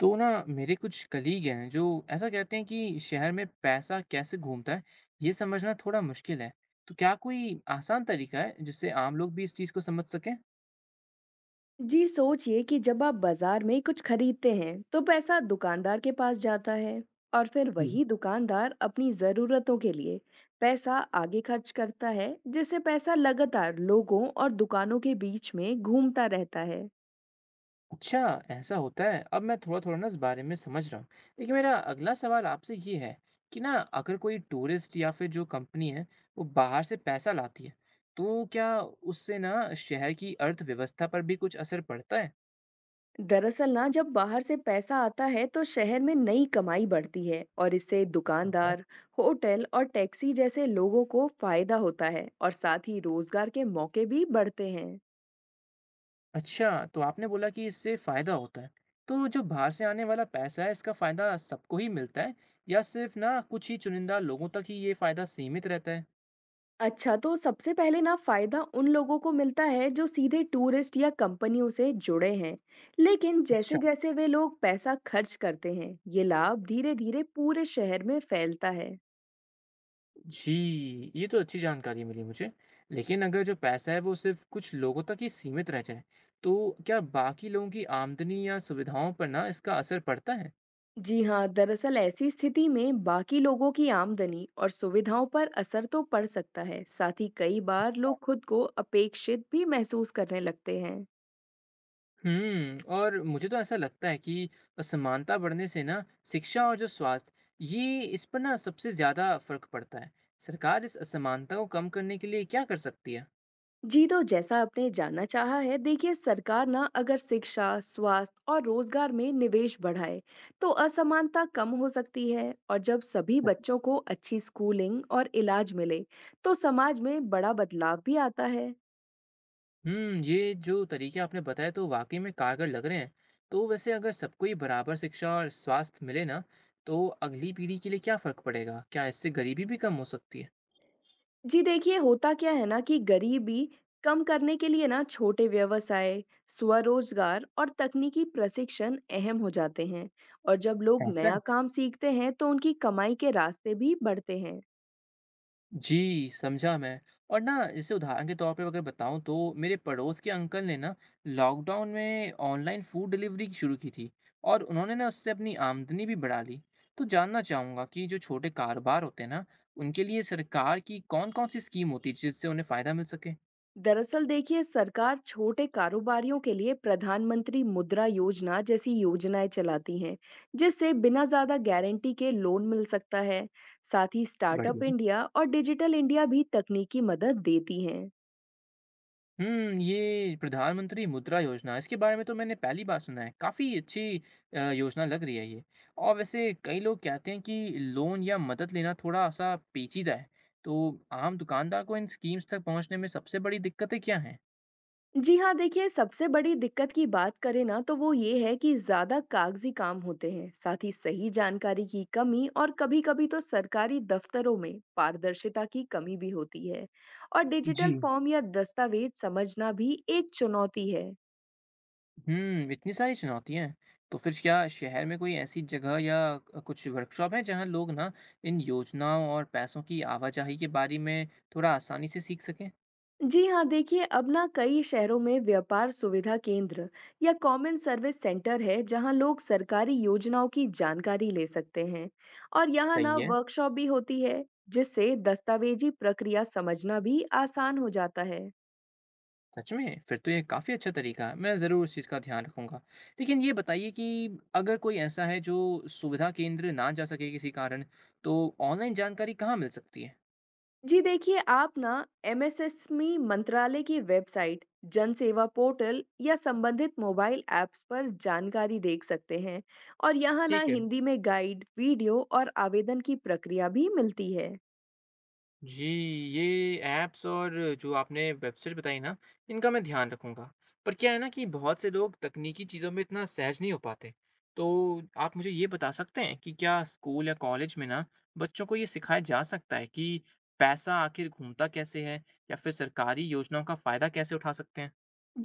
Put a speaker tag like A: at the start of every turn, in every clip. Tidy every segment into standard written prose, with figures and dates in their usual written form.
A: तो ना मेरे कुछ कलीग हैं जो ऐसा कहते हैं कि शहर में पैसा कैसे घूमता है ये समझना थोड़ा मुश्किल है। तो क्या कोई आसान तरीका है जिससे आम लोग भी इस चीज़ को समझ सकें?
B: जी सोचिए कि जब आप बाजार में कुछ खरीदते हैं तो पैसा दुकानदार के पास जाता है। और फिर
A: हम्म,
B: वही दुकानदार अपनी जरूरतों के लिए पैसा आगे खर्च करता है, जिससे पैसा लगातार लोगों और दुकानों के बीच में घूमता रहता है।
A: अच्छा, ऐसा होता है। अब मैं थोड़ा थोड़ा ना इस बारे में समझ रहा हूँ। लेकिन मेरा अगला सवाल आपसे ये है कि ना अगर कोई टूरिस्ट या फिर जो कंपनी है वो बाहर से पैसा लाती है, तो क्या उससे ना शहर की अर्थव्यवस्था पर भी कुछ असर पड़ता है?
B: दरअसल ना, जब बाहर से पैसा आता है तो शहर में नई कमाई बढ़ती है और इससे दुकानदार, होटल और टैक्सी जैसे लोगों को फायदा होता है और साथ ही रोजगार के मौके भी बढ़ते हैं।
A: अच्छा, तो आपने बोला कि इससे फ़ायदा होता है। तो जो बाहर से आने वाला पैसा है, इसका फ़ायदा सबको ही मिलता है या सिर्फ़ ना कुछ ही चुनिंदा लोगों तक ही ये फ़ायदा सीमित रहता है?
B: अच्छा, तो सबसे पहले ना फ़ायदा उन लोगों को मिलता है जो सीधे टूरिस्ट या कंपनियों से जुड़े हैं। लेकिन
A: अच्छा,
B: जैसे-जैसे वे लोग पैसा खर्च करते हैं, ये लाभ धीरे-धीरे पूरे शहर में फैलता है।
A: जी, ये तो अच्छी जानकारी मिली मुझे। लेकिन अगर जो पैसा है वो सिर्फ़ कुछ लोगों तक ही सीमित रह जाए, तो क्या बाकी लोगों की आमदनी या सुविधाओं पर ना इसका असर पड़ता है?
B: जी हाँ, दरअसल ऐसी स्थिति में बाकी लोगों की आमदनी और सुविधाओं पर असर तो पड़ सकता है। साथ ही कई बार लोग खुद को अपेक्षित भी महसूस करने लगते हैं।
A: हुँ, और मुझे तो ऐसा लगता है कि असमानता बढ़ने से ना शिक्षा और जो स्वास्थ्य, ये इस पर ना सबसे ज़्यादा फ़र्क पड़ता है। सरकार इस असमानता को कम करने के लिए क्या कर सकती है?
B: जी, तो जैसा आपने जानना चाहा है, देखिए सरकार ना अगर शिक्षा, स्वास्थ्य और रोजगार में निवेश बढ़ाए तो असमानता कम हो सकती है। और जब सभी बच्चों को अच्छी स्कूलिंग और इलाज मिले तो समाज में बड़ा बदलाव भी आता है।
A: हुँ, ये जो तरीके आपने बताए तो वाक़ई में कारगर लग रहे हैं। तो वैसे अगर सबको ही बराबर शिक्षा और स्वास्थ्य मिले ना, तो अगली पीढ़ी के लिए क्या फ़र्क पड़ेगा? क्या इससे गरीबी भी कम हो सकती है?
B: जी देखिए, होता क्या है ना कि गरीबी कम करने के लिए ना छोटे व्यवसाय, स्वरोजगार और तकनीकी प्रशिक्षण अहम हो जाते हैं। और जब लोग
A: ऐसा
B: नया
A: है।
B: काम सीखते हैं तो उनकी कमाई के रास्ते भी बढ़ते हैं।
A: जी, समझा मैं। और ना जैसे उदाहरण के तौर पे अगर बताऊँ, तो मेरे पड़ोस के अंकल ने ना लॉकडाउन में ऑनलाइन फूड डिलीवरी शुरू की थी और उन्होंने ना उससे अपनी आमदनी भी बढ़ा ली। तो जानना चाहूँगा कि जो छोटे कारोबार होते हैं ना, उनके लिए सरकार की कौन-कौन सी स्कीम होती है जिससे उन्हें फ़ायदा मिल सके?
B: दरअसल देखिए, सरकार छोटे कारोबारियों के लिए प्रधानमंत्री मुद्रा योजना जैसी योजनाएं चलाती हैं, जिससे बिना ज्यादा गारंटी के लोन मिल सकता है। साथ ही स्टार्टअप
A: बढ़िया।
B: इंडिया और डिजिटल इंडिया भी तकनीकी मदद देती हैं।
A: हुँ, ये प्रधानमंत्री मुद्रा योजना, इसके बारे में तो मैंने पहली बार सुना है। काफ़ी अच्छी योजना लग रही है ये। और वैसे कई लोग कहते हैं कि लोन या मदद लेना थोड़ा-सा पेचीदा है। तो आम दुकानदार को इन स्कीम्स तक पहुँचने में सबसे बड़ी दिक्कतें क्या हैं?
B: जी हाँ, देखिए सबसे बड़ी दिक्कत की बात करें ना तो वो ये है कि ज़्यादा कागजी काम होते हैं, साथ ही सही जानकारी की कमी और कभी-कभी तो सरकारी दफ्तरों में पारदर्शिता की कमी भी होती है। और
A: जी।
B: डिजिटल फॉर्म या दस्तावेज समझना भी एक चुनौती है।
A: हुँ, इतनी सारी चुनौतियाँ हैं। तो फिर क्या शहर में कोई ऐसी जगह या कुछ वर्कशॉप हैं जहाँ लोग ना इन योजनाओं और पैसों की आवाजाही के बारे में थोड़ा आसानी से सीख सकें?
B: जी हाँ, देखिए अब ना कई शहरों में व्यापार सुविधा केंद्र या कॉमन सर्विस सेंटर है, जहाँ लोग सरकारी योजनाओं की जानकारी ले सकते हैं। और यहाँ ना
A: सही है।
B: वर्कशॉप भी होती है, जिससे दस्तावेजी प्रक्रिया समझना भी आसान हो जाता है।
A: सच में? फिर तो ये काफ़ी अच्छा तरीका है। मैं ज़रूर इस चीज़ का ध्यान रखूँगा। लेकिन ये बताइए कि अगर कोई ऐसा है जो सुविधा केंद्र ना जा सके किसी कारण, तो ऑनलाइन जानकारी कहाँ मिल सकती है?
B: जी देखिए, आप ना एमएसएसएमई मंत्रालय की वेबसाइट, जन सेवा पोर्टल या संबंधित मोबाइल ऐप्स पर जानकारी देख सकते हैं। और यहाँ ना
A: ठीक है।
B: हिंदी में गाइड वीडियो और आवेदन की प्रक्रिया भी मिलती है।
A: जी, ये ऐप्स और जो आपने वेबसाइट बताई ना, इनका मैं ध्यान रखूँगा। पर क्या है ना कि बहुत से लोग तकनीकी चीज़ों में इतना सहज नहीं हो पाते। तो आप मुझे ये बता सकते हैं कि क्या स्कूल या कॉलेज में ना बच्चों को ये सिखाया जा सकता है कि पैसा आखिर घूमता कैसे है, या फिर सरकारी योजनाओं का फ़ायदा कैसे उठा सकते हैं?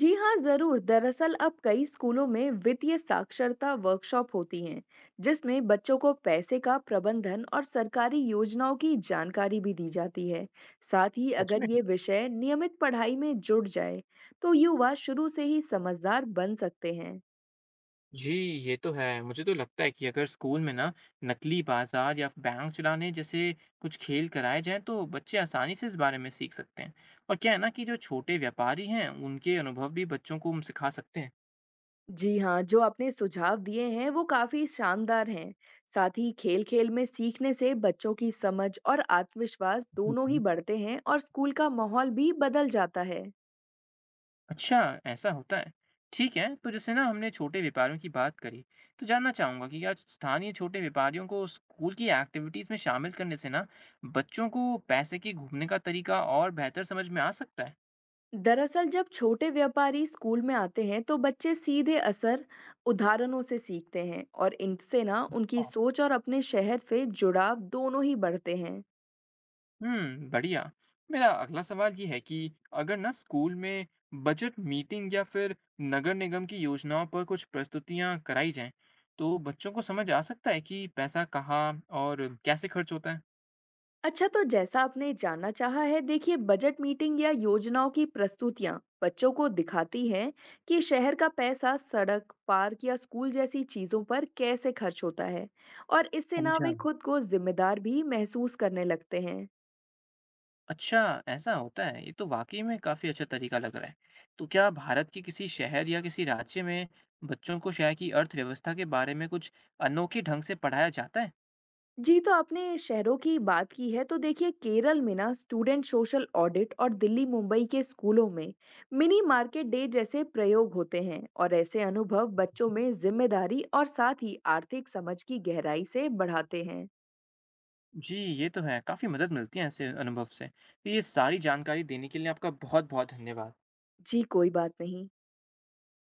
B: जी हाँ, ज़रूर। दरअसल अब कई स्कूलों में वित्तीय साक्षरता वर्कशॉप होती हैं, जिसमें बच्चों को पैसे का प्रबंधन और सरकारी योजनाओं की जानकारी भी दी जाती है। साथ ही
A: सच
B: अगर
A: में।
B: ये विषय नियमित पढ़ाई में जुड़ जाए, तो युवा शुरू से ही समझदार बन सकते हैं।
A: जी, ये तो है। मुझे तो लगता है कि अगर स्कूल में ना नकली बाज़ार या बैंक चलाने जैसे कुछ खेल कराए जाएँ, तो बच्चे आसानी से इस बारे में सीख सकते हैं। और क्या है ना कि जो छोटे व्यापारी हैं उनके अनुभव भी बच्चों को हम सिखा सकते हैं।
B: जी हाँ, जो आपने सुझाव दिए हैं, वो काफ़ी शानदार हैं। साथ ही खेल-खेल में सीखने से बच्चों की समझ और आत्मविश्वास दोनों ही
A: हम्म।
B: बढ़ते हैं और स्कूल का माहौल भी बदल जाता है।
A: अच्छा, ऐसा होता है। ठीक है, तो जैसे ना हमने छोटे व्यापारियों की बात करी, तो जानना चाहूँगा कि क्या स्थानीय छोटे व्यापारियों को स्कूल की एक्टिविटीज़ में शामिल करने से ना बच्चों को पैसे के घूमने का तरीका और बेहतर समझ में आ सकता है?
B: दरअसल जब छोटे व्यापारी स्कूल में आते हैं तो बच्चे सीधे असर उदाहरणों से सीखते हैं और इनसे ना उनकी सोच और अपने शहर से जुड़ाव दोनों ही बढ़ते हैं।
A: हुँ, बढ़िया। मेरा अगला सवाल ये है कि अगर ना स्कूल में बजट मीटिंग या फिर नगर निगम की योजनाओं पर कुछ प्रस्तुतियाँ कराई जाएँ, तो बच्चों को समझ आ सकता है कि पैसा कहाँ और कैसे खर्च होता है?
B: अच्छा, तो जैसा आपने जानना चाहा है, देखिए बजट मीटिंग या योजनाओं की प्रस्तुतियां बच्चों को दिखाती हैं कि शहर का पैसा सड़क, पार्क या स्कूल जैसी चीजों पर कैसे खर्च होता है। और इससे ना
A: समझा।
B: वे खुद को जिम्मेदार भी महसूस करने लगते हैं।
A: अच्छा, ऐसा होता है। ये तो वाक़ई में काफ़ी अच्छा तरीका लग रहा है। तो क्या भारत के किसी शहर या किसी राज्य में बच्चों को शहर की अर्थव्यवस्था के बारे में कुछ अनोखे ढंग से पढ़ाया जाता है?
B: जी, तो आपने शहरों की बात की है, तो देखिए केरल में ना स्टूडेंट सोशल ऑडिट और दिल्ली-मुंबई के स्कूलों में मिनी मार्केट डे जैसे प्रयोग होते हैं और ऐसे अनुभव बच्चों में जिम्मेदारी और साथ ही आर्थिक समझ की गहराई से बढ़ाते हैं।
A: जी, ये तो है, काफ़ी मदद मिलती है ऐसे अनुभव से। तो ये सारी जानकारी देने के लिए आपका बहुत-बहुत धन्यवाद।
B: जी, कोई बात नहीं।